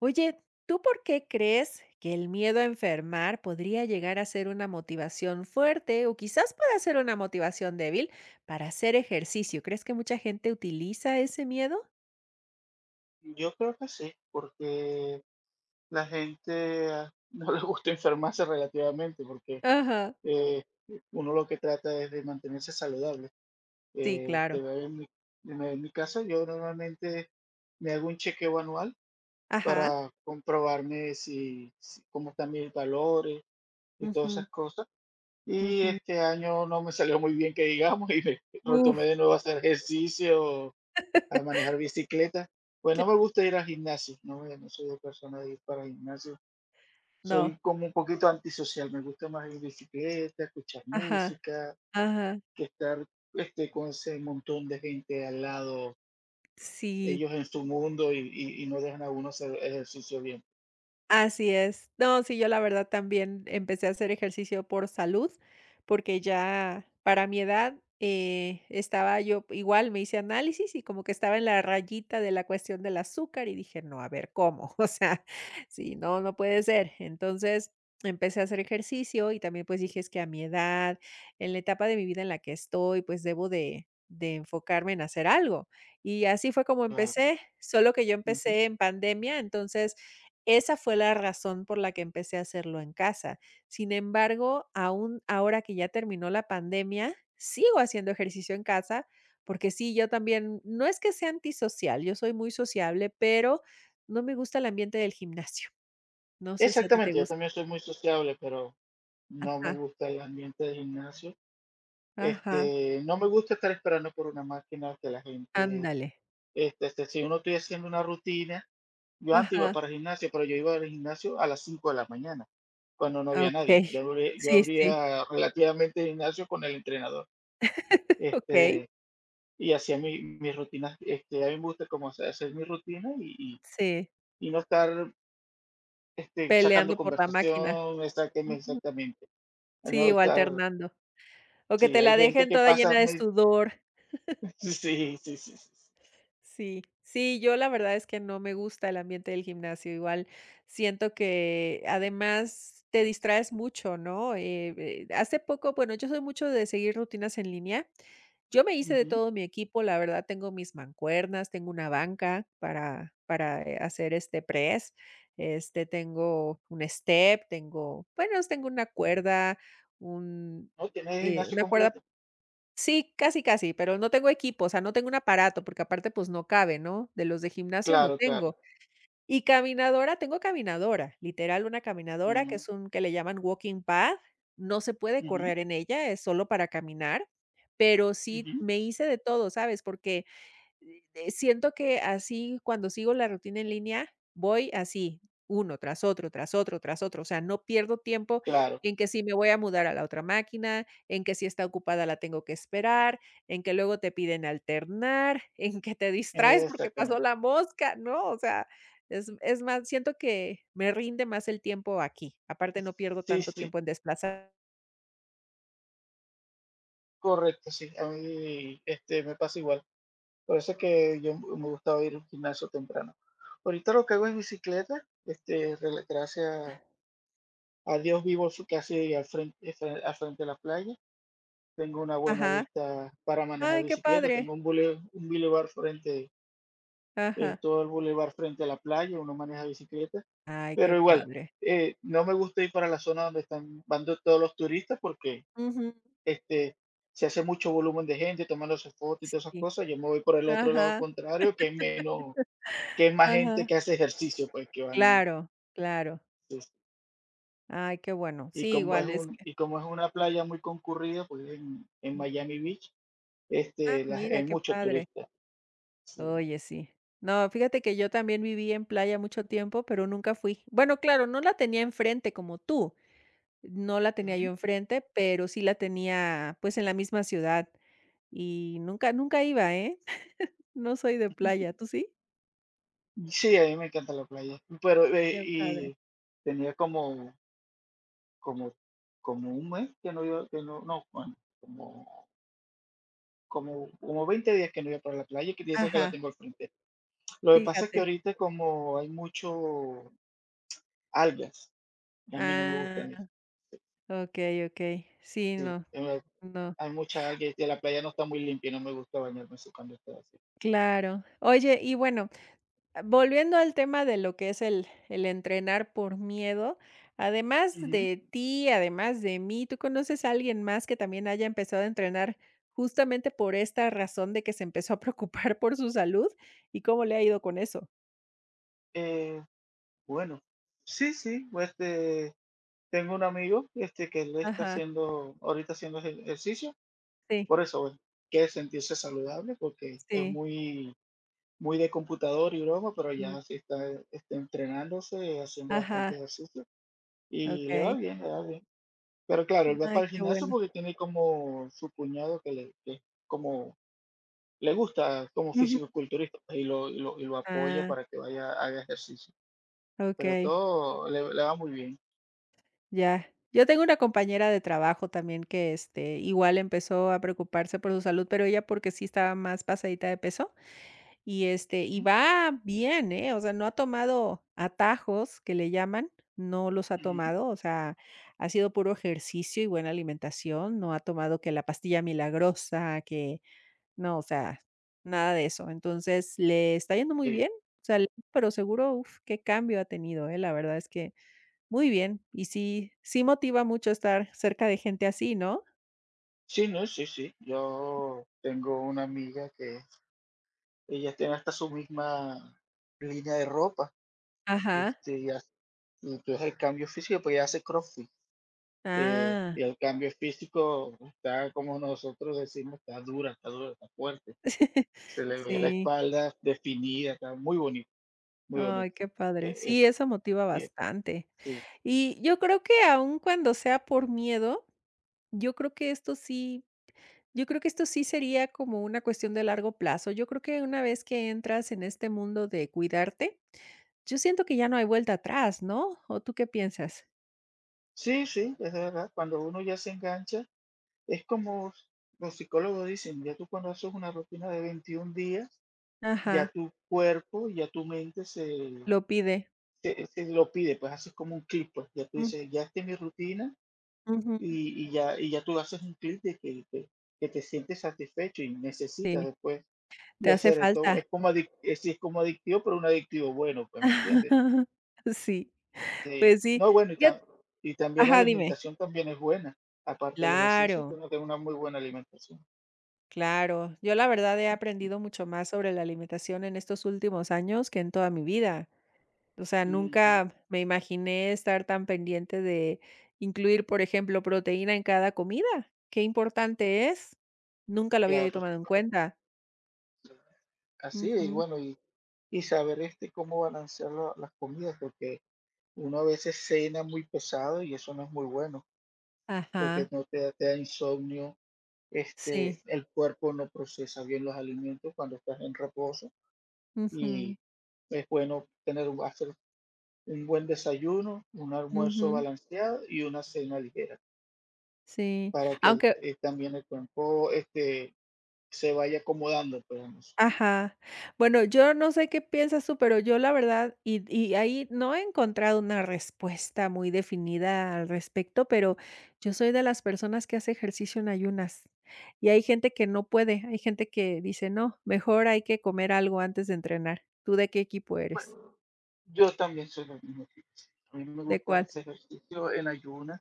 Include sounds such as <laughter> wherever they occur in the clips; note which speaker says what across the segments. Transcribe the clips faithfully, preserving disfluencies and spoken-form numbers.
Speaker 1: Oye, ¿tú por qué crees que el miedo a enfermar podría llegar a ser una motivación fuerte o quizás pueda ser una motivación débil para hacer ejercicio? ¿Crees que mucha gente utiliza ese miedo?
Speaker 2: Yo creo que sí, porque la gente ah, <laughs> no le gusta enfermarse relativamente, porque
Speaker 1: Ajá,
Speaker 2: eh, uno lo que trata es de mantenerse saludable.
Speaker 1: sí,
Speaker 2: Eh,
Speaker 1: claro.
Speaker 2: te veo en mi, me- en mi caso, yo normalmente me hago un chequeo anual
Speaker 1: Ajá.
Speaker 2: para comprobarme si, si- cómo están mis valores y todas
Speaker 1: Ujú,
Speaker 2: esas cosas. Y
Speaker 1: ujú.
Speaker 2: este año no me salió muy bien, que digamos, <laughs> y me retomé
Speaker 1: Uf,
Speaker 2: de nuevo a hacer ejercicio, a manejar bicicleta. Pues no me gusta ir al gimnasio, no, me- no soy de persona de ir para el gimnasio.
Speaker 1: no.
Speaker 2: Soy como un poquito antisocial, me gusta más ir en bicicleta, escuchar
Speaker 1: Ajá,
Speaker 2: música,
Speaker 1: ajá.
Speaker 2: que estar este, con ese montón de gente al lado,
Speaker 1: Sí.
Speaker 2: ellos en su mundo y, y- y no dejan a uno hacer ejercicio bien.
Speaker 1: Así es. No, sí, yo la verdad también empecé a hacer ejercicio por salud, porque ya para mi edad, eh, estaba yo igual me hice análisis y como que estaba en la rayita de la cuestión del azúcar y dije: "No, a ver, ¿cómo?". <laughs> O sea, sí, no, no puede ser. Entonces, empecé a hacer ejercicio y también, pues, dije: "Es que a mi edad, en la etapa de mi vida en la que estoy, pues, debo de de enfocarme en hacer algo". Y así fue como
Speaker 2: Claro.
Speaker 1: empecé, solo que yo
Speaker 2: Ujú.
Speaker 1: empecé en pandemia, entonces esa fue la razón por la que empecé a hacerlo en casa. Sin embargo, aún ahora que ya terminó la pandemia, sigo haciendo ejercicio en casa, porque sí, yo también, no es que sea antisocial, yo soy muy sociable, pero no me gusta el ambiente del gimnasio. No sé si a ti te
Speaker 2: Exactamente, yo
Speaker 1: gusta.
Speaker 2: también soy muy sociable, pero no
Speaker 1: Ajá,
Speaker 2: me gusta el ambiente de gimnasio.
Speaker 1: ajá,
Speaker 2: Este, no me gusta estar esperando por una máquina que la gente,
Speaker 1: ándale.
Speaker 2: este, este, si uno estoy haciendo una rutina. Yo antes iba
Speaker 1: Ajá,
Speaker 2: para el gimnasio, pero yo iba al gimnasio a las cinco de la mañana, cuando no
Speaker 1: ah,
Speaker 2: había nadie.
Speaker 1: okey.
Speaker 2: Yo, abrí- yo
Speaker 1: Sí, sí,
Speaker 2: abría relativamente el gimnasio con el entrenador,
Speaker 1: okey.
Speaker 2: este, y hacía mi- mis rutinas. Este, a mí me gusta como hacer hacer mi rutina y, y,
Speaker 1: Sí,
Speaker 2: y no estar este,
Speaker 1: peleando
Speaker 2: sacando
Speaker 1: por la máquina.
Speaker 2: conversación, exactamente,
Speaker 1: Ujú.
Speaker 2: exactamente.
Speaker 1: Sí,
Speaker 2: No
Speaker 1: o
Speaker 2: estar,
Speaker 1: alternando. O que
Speaker 2: sí,
Speaker 1: te
Speaker 2: hay
Speaker 1: la
Speaker 2: gente
Speaker 1: dejen
Speaker 2: que
Speaker 1: toda
Speaker 2: pasa,
Speaker 1: llena de
Speaker 2: me-
Speaker 1: sudor.
Speaker 2: <laughs> sí, sí, sí, sí, sí.
Speaker 1: Sí, sí, yo la verdad es que no me gusta el ambiente del gimnasio. Igual siento que además te distraes mucho, ¿no? Eh, eh, hace poco, bueno, yo soy mucho de seguir rutinas en línea. Yo me hice de
Speaker 2: Ujú.
Speaker 1: todo mi equipo, la verdad, tengo mis mancuernas, tengo una banca para, para eh, hacer este press, este, tengo un step, tengo, bueno, tengo una cuerda, un,
Speaker 2: No, tienes el
Speaker 1: eh,
Speaker 2: gimnasio
Speaker 1: una cuerda.
Speaker 2: completo.
Speaker 1: Sí, casi, casi, pero no tengo equipo, o sea, no tengo un aparato, porque aparte, pues, no cabe, ¿no? De los de gimnasio no
Speaker 2: Claro, claro.
Speaker 1: tengo. Y caminadora, tengo caminadora, literal, una caminadora que
Speaker 2: Mm,
Speaker 1: es un que le llaman walking pad, no se puede
Speaker 2: ujú,
Speaker 1: correr en ella, es solo para caminar, pero sí
Speaker 2: ujú,
Speaker 1: me hice de todo, ¿sabes? Porque eh, eh, siento que así, cuando sigo la rutina en línea, voy así, uno tras otro, tras otro, tras otro. O sea, no pierdo tiempo
Speaker 2: claro,
Speaker 1: en que si me voy a mudar a la otra máquina, en que si está ocupada la tengo que esperar, en que luego te piden alternar, <laughs> en que te distraes porque pasó
Speaker 2: exactamente.
Speaker 1: la mosca, ¿no? O sea, es, es más, siento que me rinde más el tiempo aquí. Aparte, no pierdo
Speaker 2: Sí,
Speaker 1: tanto
Speaker 2: sí.
Speaker 1: tiempo en desplazar.
Speaker 2: Correcto, sí, a mí, este, me pasa igual. Por eso es que yo m- me gustaba ir al gimnasio temprano. Ahorita lo que hago es bicicleta, este, rela- gracias a Dios vivo su- casi al frente, fre- al frente de la playa. Tengo una buena
Speaker 1: Ajá.
Speaker 2: vista para manejar
Speaker 1: Ay, qué
Speaker 2: bicicleta.
Speaker 1: padre.
Speaker 2: Tengo un bule, un bulevar frente, el,
Speaker 1: Ajá.
Speaker 2: todo el bulevar frente a la playa, uno maneja bicicleta.
Speaker 1: Ay, qué
Speaker 2: Pero igual,
Speaker 1: padre.
Speaker 2: eh, no me gusta ir para la zona donde están, van do- todos los turistas porque
Speaker 1: Ujú.
Speaker 2: este, si hace mucho volumen de gente tomando sus fotos y todas esas
Speaker 1: Sí.
Speaker 2: cosas, yo me voy por el otro lado
Speaker 1: Ajá.
Speaker 2: contrario, que es menos, que es más gente
Speaker 1: Ajá.
Speaker 2: que hace ejercicio, pues que van.
Speaker 1: Claro, claro.
Speaker 2: Pues,
Speaker 1: Ay, qué bueno.
Speaker 2: y
Speaker 1: Sí,
Speaker 2: como es
Speaker 1: igual es
Speaker 2: un,
Speaker 1: que
Speaker 2: y como es una playa muy concurrida, pues en, en
Speaker 1: mm,
Speaker 2: Miami Beach,
Speaker 1: ah,
Speaker 2: este, la-
Speaker 1: mira,
Speaker 2: hay
Speaker 1: qué
Speaker 2: muchos
Speaker 1: padre.
Speaker 2: turistas. Sí.
Speaker 1: Oye, sí. No, fíjate que yo también viví en playa mucho tiempo, pero nunca fui. Bueno, claro, no la tenía enfrente como tú. No la tenía
Speaker 2: Ujú.
Speaker 1: yo enfrente, pero sí la tenía, pues, en la misma ciudad y nunca nunca iba, ¿eh? <laughs> No soy de playa, ¿tú sí?
Speaker 2: Sí, a mí me encanta la playa. Pero, eh,
Speaker 1: Qué padre.
Speaker 2: y tenía como, como, como un mes que no iba, que no, no, bueno, como, como, como veinte días que no iba para la playa, que piensa que la
Speaker 1: Ajá,
Speaker 2: tengo al frente. Lo que pasa es que
Speaker 1: fíjate.
Speaker 2: ahorita como hay mucho algas, y a mí no me gustan eso.
Speaker 1: Ah, okey, okey. Sí,
Speaker 2: Sí,
Speaker 1: no,
Speaker 2: eh,
Speaker 1: no.
Speaker 2: hay mucha alga y la playa no está muy limpia y no me gusta bañarme así cuando está así.
Speaker 1: Claro. Oye, y bueno. Volviendo al tema de lo que es el el entrenar por miedo, además
Speaker 2: Ujú.
Speaker 1: de ti, además de mí, ¿tú conoces a alguien más que también haya empezado a entrenar justamente por esta razón de que se empezó a <laughs> preocupar por su salud? ¿Y cómo le ha ido con eso?
Speaker 2: Eh, bueno, sí, sí, pues, este, tengo un amigo, este, que le está
Speaker 1: Ajá,
Speaker 2: haciendo, ahorita haciendo ejer- ejercicio,
Speaker 1: sí,
Speaker 2: por eso, bueno, quiere sentirse saludable porque es
Speaker 1: sí,
Speaker 2: muy, muy de computador y broma, pero
Speaker 1: mm,
Speaker 2: ya sí está, está entrenándose, haciendo
Speaker 1: ajá,
Speaker 2: bastante ejercicio y le va
Speaker 1: okey.
Speaker 2: bien, le va bien. Pero claro, él va
Speaker 1: Ay,
Speaker 2: para el
Speaker 1: qué
Speaker 2: gimnasio
Speaker 1: bueno.
Speaker 2: porque tiene como su cuñado que le, que es como le gusta como
Speaker 1: Ujú.
Speaker 2: fisicoculturista pues, y lo, y lo, y lo apoya
Speaker 1: Ah,
Speaker 2: para que vaya, haga ejercicio. Pero
Speaker 1: okey.
Speaker 2: todo le, le va muy bien.
Speaker 1: Ya. Yo tengo una compañera de trabajo también que, este, igual empezó a preocuparse por su salud, pero ella porque sí estaba más pasadita de peso y, este, y
Speaker 2: Ujú,
Speaker 1: va bien, ¿eh? O sea, no ha tomado atajos que le llaman, no los ha
Speaker 2: ujú.
Speaker 1: tomado, o sea, ha sido puro ejercicio y buena alimentación, no ha tomado que la pastilla milagrosa, que no, o sea, nada de eso. Entonces, le está yendo muy
Speaker 2: Sí.
Speaker 1: bien, o sea, pero seguro, uf, qué cambio ha tenido, ¿eh? La verdad es que muy bien, y sí sí motiva mucho estar cerca de gente así, ¿no?
Speaker 2: Sí, no, sí, sí. Yo tengo una amiga que ella tiene hasta su misma línea de ropa.
Speaker 1: Ajá.
Speaker 2: Este, y, hace- y tú haces el cambio físico, pues ella hace CrossFit. eh,
Speaker 1: Ah.
Speaker 2: y el cambio físico está, como nosotros decimos, está dura, está dura, está fuerte, se
Speaker 1: <laughs>
Speaker 2: le veía la
Speaker 1: Sí.
Speaker 2: espalda definida, está muy bonito, muy
Speaker 1: Ay,
Speaker 2: bonito.
Speaker 1: qué padre.
Speaker 2: Eh,
Speaker 1: Sí, eso motiva
Speaker 2: eh, eh,
Speaker 1: bastante.
Speaker 2: sí,
Speaker 1: Y yo creo que aun cuando sea por miedo, yo creo que esto sí yo creo que esto sí sería como una cuestión de largo plazo. Yo creo que una vez que entras en este mundo de cuidarte, yo siento que ya no hay vuelta atrás, ¿no? ¿O tú qué piensas?
Speaker 2: sí, sí, es verdad, cuando uno ya se engancha, es como los psicólogos dicen, ya tú cuando haces una rutina de veintiún días, ya
Speaker 1: Ajá,
Speaker 2: tu cuerpo, ya tu mente se,
Speaker 1: lo pide.
Speaker 2: se, se lo pide, pues haces como un clip, pues ya tú
Speaker 1: Mm,
Speaker 2: dices, ya esta es mi rutina
Speaker 1: ujú.
Speaker 2: y, y ya, y ya tú haces un clip de que, que, que te sientes satisfecho y necesitas
Speaker 1: Sí,
Speaker 2: después
Speaker 1: te
Speaker 2: de
Speaker 1: hace
Speaker 2: hacer esto.
Speaker 1: falta.
Speaker 2: Es como, adic- es, sí, es como adictivo, pero un adictivo bueno, pues, ¿me entiendes?
Speaker 1: <laughs> Sí,
Speaker 2: Sí,
Speaker 1: pues sí.
Speaker 2: no, bueno, y,
Speaker 1: Fíjate.
Speaker 2: tam- y también la
Speaker 1: Ajá, dime.
Speaker 2: alimentación también es buena, aparte del ejercicio, que
Speaker 1: Claro,
Speaker 2: uno tenga una muy buena alimentación.
Speaker 1: claro. Yo la verdad he aprendido mucho más sobre la alimentación en estos últimos años que en toda mi vida. O sea,
Speaker 2: Ujú.
Speaker 1: nunca me imaginé estar tan pendiente de incluir, por ejemplo, proteína en cada comida. Qué importante es. Nunca lo había yo
Speaker 2: Claro, sí.
Speaker 1: tomado en cuenta.
Speaker 2: Así es, y
Speaker 1: Ujú.
Speaker 2: bueno, y, y saber este cómo balancear la- las comidas, porque uno a veces cena muy pesado y eso no es muy bueno, porque
Speaker 1: Ajá,
Speaker 2: no te, da- te da insomnio, este,
Speaker 1: sí.
Speaker 2: el cuerpo no procesa bien los alimentos cuando estás en reposo
Speaker 1: Ujú,
Speaker 2: y es bueno tener un- hacer un buen desayuno, un almuerzo
Speaker 1: ujú,
Speaker 2: balanceado y una cena ligera.
Speaker 1: sí.
Speaker 2: Para que el
Speaker 1: Aunque.
Speaker 2: eh, también el cuerpo, este, se vaya acomodando, pues, a eso.
Speaker 1: Ajá. Bueno, yo no sé qué piensas tú, pero yo la verdad, y, y ahí no he encontrado una respuesta muy definida al respecto, pero yo soy de las personas que hace ejercicio en ayunas. Y hay gente que no puede, hay gente que dice, no, mejor hay que comer algo antes de entrenar. ¿Tú de qué equipo eres?
Speaker 2: Bueno, yo también soy del mismo tipo. A mí me
Speaker 1: ¿De
Speaker 2: gusta
Speaker 1: cuál?
Speaker 2: hacer ejercicio en ayunas,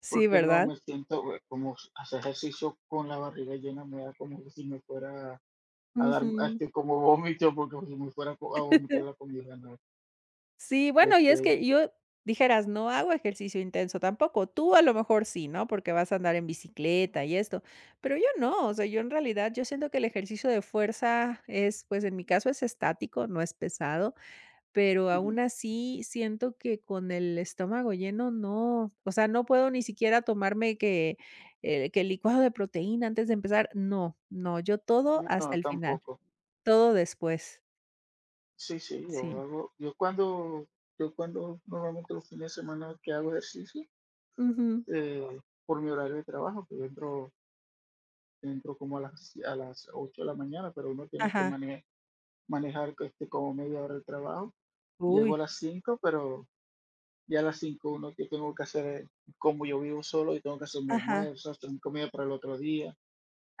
Speaker 1: Sí,
Speaker 2: porque no
Speaker 1: ¿verdad?
Speaker 2: me siento, eh, como s- hacer ejercicio con la barriga llena me da como que si me fuera a dar,
Speaker 1: Ujú.
Speaker 2: este, como vómito, porque si me fuera co- a vomitar
Speaker 1: <laughs>
Speaker 2: la comida, no.
Speaker 1: Sí, bueno, y es
Speaker 2: Este,
Speaker 1: que yo dijeras, no hago ejercicio intenso tampoco. Tú a lo mejor sí, ¿no? Porque vas a andar en bicicleta y esto, pero yo no, o sea, yo en realidad, yo siento que el ejercicio de fuerza es, pues en mi caso es estático, no es pesado, pero
Speaker 2: mm,
Speaker 1: aún así siento que con el estómago lleno no, o sea, no puedo ni siquiera tomarme que, eh, que el licuado de proteína antes de empezar, no, no, yo todo hasta
Speaker 2: no,
Speaker 1: el final,
Speaker 2: tampoco.
Speaker 1: todo después,
Speaker 2: Sí, sí, yo
Speaker 1: sí.
Speaker 2: hago, yo cuando, yo cuando normalmente los fines de semana que hago ejercicio,
Speaker 1: Ujú,
Speaker 2: eh, por mi horario de trabajo, que yo entro entro como a las, a las ocho de la mañana, pero uno tiene que
Speaker 1: ajá,
Speaker 2: mane- manejar, este, como media hora el trabajo. Llego
Speaker 1: uy,
Speaker 2: a las cinco, pero ya a las cinco uno que tengo que hacer, es- como yo vivo solo y tengo que hacer mi
Speaker 1: ajá.
Speaker 2: almuerzo, hacer mi comida para el otro día.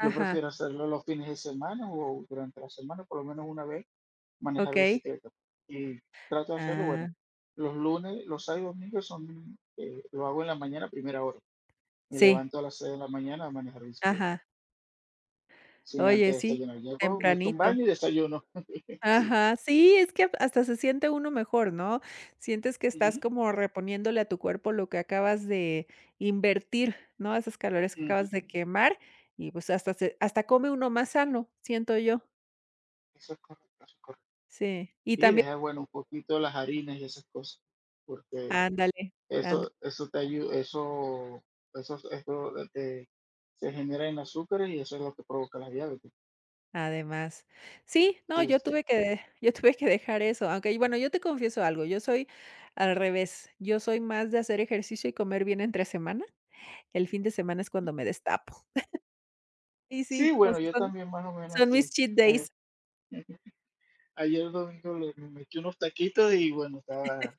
Speaker 2: Yo prefiero hacerlo los fines de semana o durante la semana, por lo menos una vez, manejar
Speaker 1: okey.
Speaker 2: bicicleta. Y trato de hacerlo,
Speaker 1: Ah,
Speaker 2: bueno, los lunes, los sábados y domingos son, eh, lo hago en la mañana, a primera hora. Me
Speaker 1: sí,
Speaker 2: levanto a las seis de la mañana a manejar bicicleta.
Speaker 1: ajá.
Speaker 2: Sí, antes
Speaker 1: Oye,
Speaker 2: de
Speaker 1: sí,
Speaker 2: desayunar. Llego, me echo un
Speaker 1: tempranito.
Speaker 2: baño y desayuno. <laughs> Sí.
Speaker 1: Ajá, sí, es que hasta se siente uno mejor, ¿no? Sientes que estás
Speaker 2: Ujú,
Speaker 1: como reponiéndole a tu cuerpo lo que acabas de invertir, ¿no? Esas calorías que
Speaker 2: ujú.
Speaker 1: acabas de quemar y, pues, hasta se hasta come uno más sano, siento yo.
Speaker 2: Eso es correcto, eso es correcto.
Speaker 1: Sí, y
Speaker 2: Y
Speaker 1: también
Speaker 2: deja, bueno, un poquito las harinas y esas cosas, porque
Speaker 1: ándale.
Speaker 2: eso, eso te ayuda, eso, eso, eso te, se genera en azúcar y eso es lo que provoca la diabetes.
Speaker 1: Además. Sí, no,
Speaker 2: Sí,
Speaker 1: yo
Speaker 2: sí.
Speaker 1: tuve que de- <laughs> yo tuve que dejar eso, aunque, bueno, yo te confieso algo, yo soy al revés, yo soy más de hacer ejercicio y comer bien entre semana, el fin de semana es cuando me destapo. Sí,
Speaker 2: Sí,
Speaker 1: sí, o
Speaker 2: bueno,
Speaker 1: sea,
Speaker 2: yo
Speaker 1: son
Speaker 2: también más o menos
Speaker 1: son mis
Speaker 2: sí.
Speaker 1: cheat
Speaker 2: Ay,
Speaker 1: days.
Speaker 2: <laughs> ayer domingo le- me metí unos taquitos y bueno, estaba,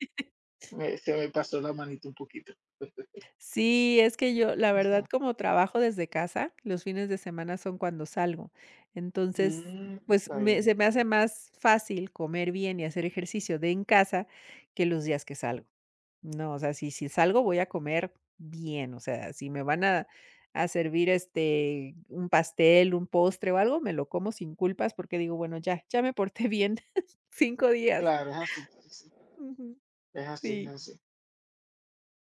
Speaker 2: me- se me pasó la manito un poquito. <laughs>
Speaker 1: Sí, es que yo, la verdad,
Speaker 2: Está
Speaker 1: como trabajo desde casa, los fines de semana son cuando salgo. Entonces,
Speaker 2: Mm,
Speaker 1: pues,
Speaker 2: está
Speaker 1: me
Speaker 2: bien.
Speaker 1: se me hace más fácil comer bien y hacer ejercicio de en casa que los días que salgo. No, o sea, si si salgo voy a comer bien, o sea, si me van a a servir, este, un pastel, un postre o algo, me lo como sin culpas porque digo: "Bueno, ya, ya me porté bien <laughs> cinco días".
Speaker 2: Claro, es así, es
Speaker 1: Ujú,
Speaker 2: es así, es
Speaker 1: sí.
Speaker 2: así.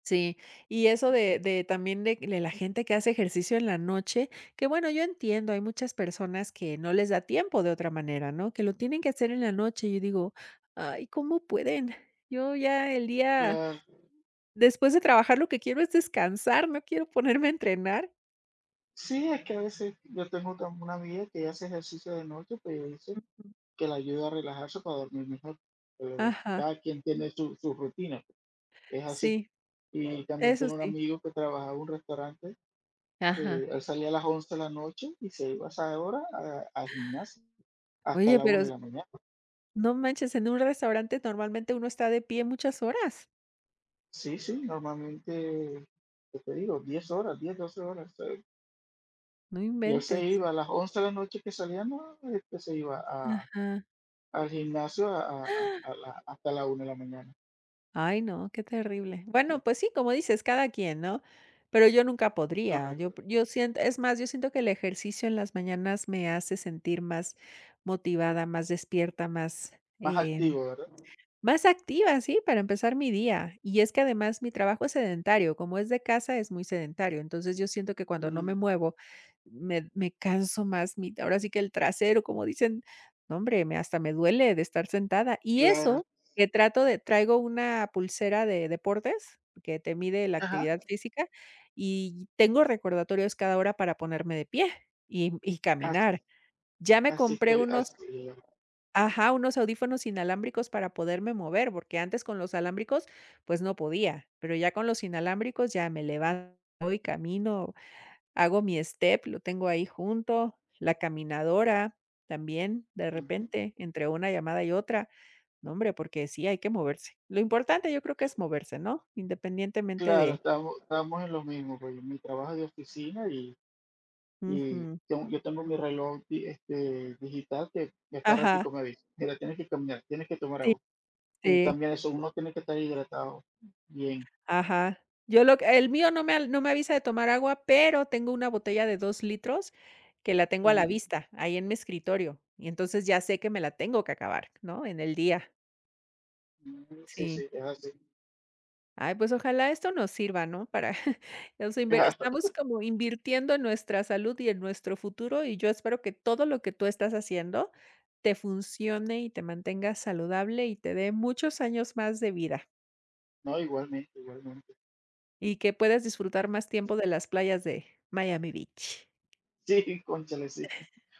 Speaker 1: Sí, y eso de de también de de la gente que hace ejercicio en la noche, que bueno, yo entiendo, hay muchas personas que no les da tiempo de otra manera, ¿no? Que lo tienen que hacer en la noche. Yo digo: "Ay, ¿cómo pueden? Yo ya el día
Speaker 2: Claro.
Speaker 1: Después de trabajar, lo que quiero es descansar, no quiero ponerme a entrenar".
Speaker 2: Sí, es que a veces yo tengo tam- una amiga que hace ejercicio de noche, pero dice
Speaker 1: Mm.
Speaker 2: que la ayuda a relajarse para dormir mejor. Pero
Speaker 1: Ajá,
Speaker 2: cada quien tiene su, su rutina, pues, es así.
Speaker 1: sí,
Speaker 2: Y también
Speaker 1: eso
Speaker 2: tengo un
Speaker 1: sí.
Speaker 2: amigo que trabajaba en un restaurante, de,
Speaker 1: Ajá.
Speaker 2: él salía a las once de la noche y se iba a esa hora a- al gimnasio hasta
Speaker 1: Oye,
Speaker 2: la
Speaker 1: pero
Speaker 2: una
Speaker 1: s
Speaker 2: de la mañana.
Speaker 1: no manches, en un restaurante normalmente uno está de pie muchas horas,
Speaker 2: Sí, sí, normalmente, ¿qué te digo? Diez horas, diez doce horas. eh,
Speaker 1: no
Speaker 2: Y él se
Speaker 1: inventes.
Speaker 2: iba a las once de la noche que salíamos, este, se iba a,
Speaker 1: Ajá.
Speaker 2: al gimnasio, a- a- a la- hasta la una de la mañana.
Speaker 1: Ay, no, qué terrible. Bueno, pues sí, como dices, cada quien, ¿no? Pero yo nunca podría. Yo p
Speaker 2: Correcto.
Speaker 1: yo siento es más, yo siento que el ejercicio en las mañanas me hace sentir más motivada, más despierta, más,
Speaker 2: Más
Speaker 1: eh
Speaker 2: activo, ¿verdad?
Speaker 1: más activa, sí, para empezar mi día. Y es que además mi trabajo es sedentario, como es de casa, es muy sedentario. Entonces yo siento que cuando no me
Speaker 2: Mm,
Speaker 1: muevo, me, me canso más, mi, ahora sí que el trasero, como dicen, no, hombre, me, hasta me duele de estar sentada. Y
Speaker 2: claro.
Speaker 1: eso, que trato de, traigo una pulsera de deportes que te mide la
Speaker 2: Ajá.
Speaker 1: actividad física y tengo recordatorios cada hora para ponerme de pie y, y
Speaker 2: Así,
Speaker 1: caminar. Ya me
Speaker 2: así
Speaker 1: compré
Speaker 2: estoy,
Speaker 1: unos,
Speaker 2: así, digamos.
Speaker 1: Ajá, unos audífonos inalámbricos para poderme mover, porque antes con los alámbricos, pues no podía, pero ya con los inalámbricos ya me levanto y camino, hago mi step, lo tengo ahí junto, la caminadora también, de
Speaker 2: Ujú.
Speaker 1: repente, entre una llamada y otra. No, hombre, porque sí hay que moverse. Lo importante yo creo que es moverse, ¿no? Independientemente
Speaker 2: Claro,
Speaker 1: de.
Speaker 2: estamos, estamos en lo mismo, porque mi trabajo es de oficina, y, y
Speaker 1: Ujú.
Speaker 2: tengo- yo tengo mi reloj di- este, digital que que cada
Speaker 1: Ajá,
Speaker 2: ratico me dice, mira, tienes que caminar, tienes que tomar
Speaker 1: sí,
Speaker 2: agua. Y
Speaker 1: sí.
Speaker 2: también eso, uno tiene que estar hidratado bien.
Speaker 1: Ajá. Yo lo que el mío no me al no me avisa de tomar agua, pero tengo una botella de dos litros que la tengo a la
Speaker 2: Ujú.
Speaker 1: vista, ahí en mi escritorio, y entonces ya sé que me la tengo que acabar, ¿no?, en el día.
Speaker 2: Mm, sí,
Speaker 1: Sí.
Speaker 2: sí, es así.
Speaker 1: Ay, pues ojalá esto nos sirva, ¿no?, para <laughs> o sea,
Speaker 2: <laughs>
Speaker 1: inver
Speaker 2: Claro,
Speaker 1: estamos como invirtiendo en nuestra salud y en nuestro futuro, y yo espero que todo lo que tú estás haciendo te funcione y te mantenga saludable y te dé muchos años más de vida,
Speaker 2: no, igualmente, igualmente.
Speaker 1: y que puedas disfrutar más tiempo de las playas de Miami Beach.
Speaker 2: Sí, cónchale, sí.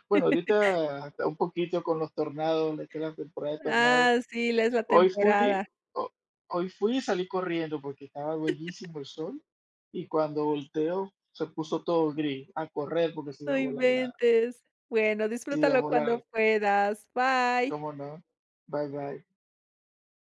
Speaker 2: Bueno, ahorita hasta un poquito con los tornados, esta es la temporada de tornados.
Speaker 1: Ah, sí, la es la
Speaker 2: Hoy fui,
Speaker 1: temporada.
Speaker 2: ho- hoy fui y salí corriendo porque estaba bellísimo el sol y cuando volteo se puso todo gris, a correr porque se iba
Speaker 1: No
Speaker 2: a volar la,
Speaker 1: inventes. Bueno,
Speaker 2: se iba
Speaker 1: disfrútalo
Speaker 2: a volar,
Speaker 1: cuando puedas. Bye.
Speaker 2: cómo no. Bye bye.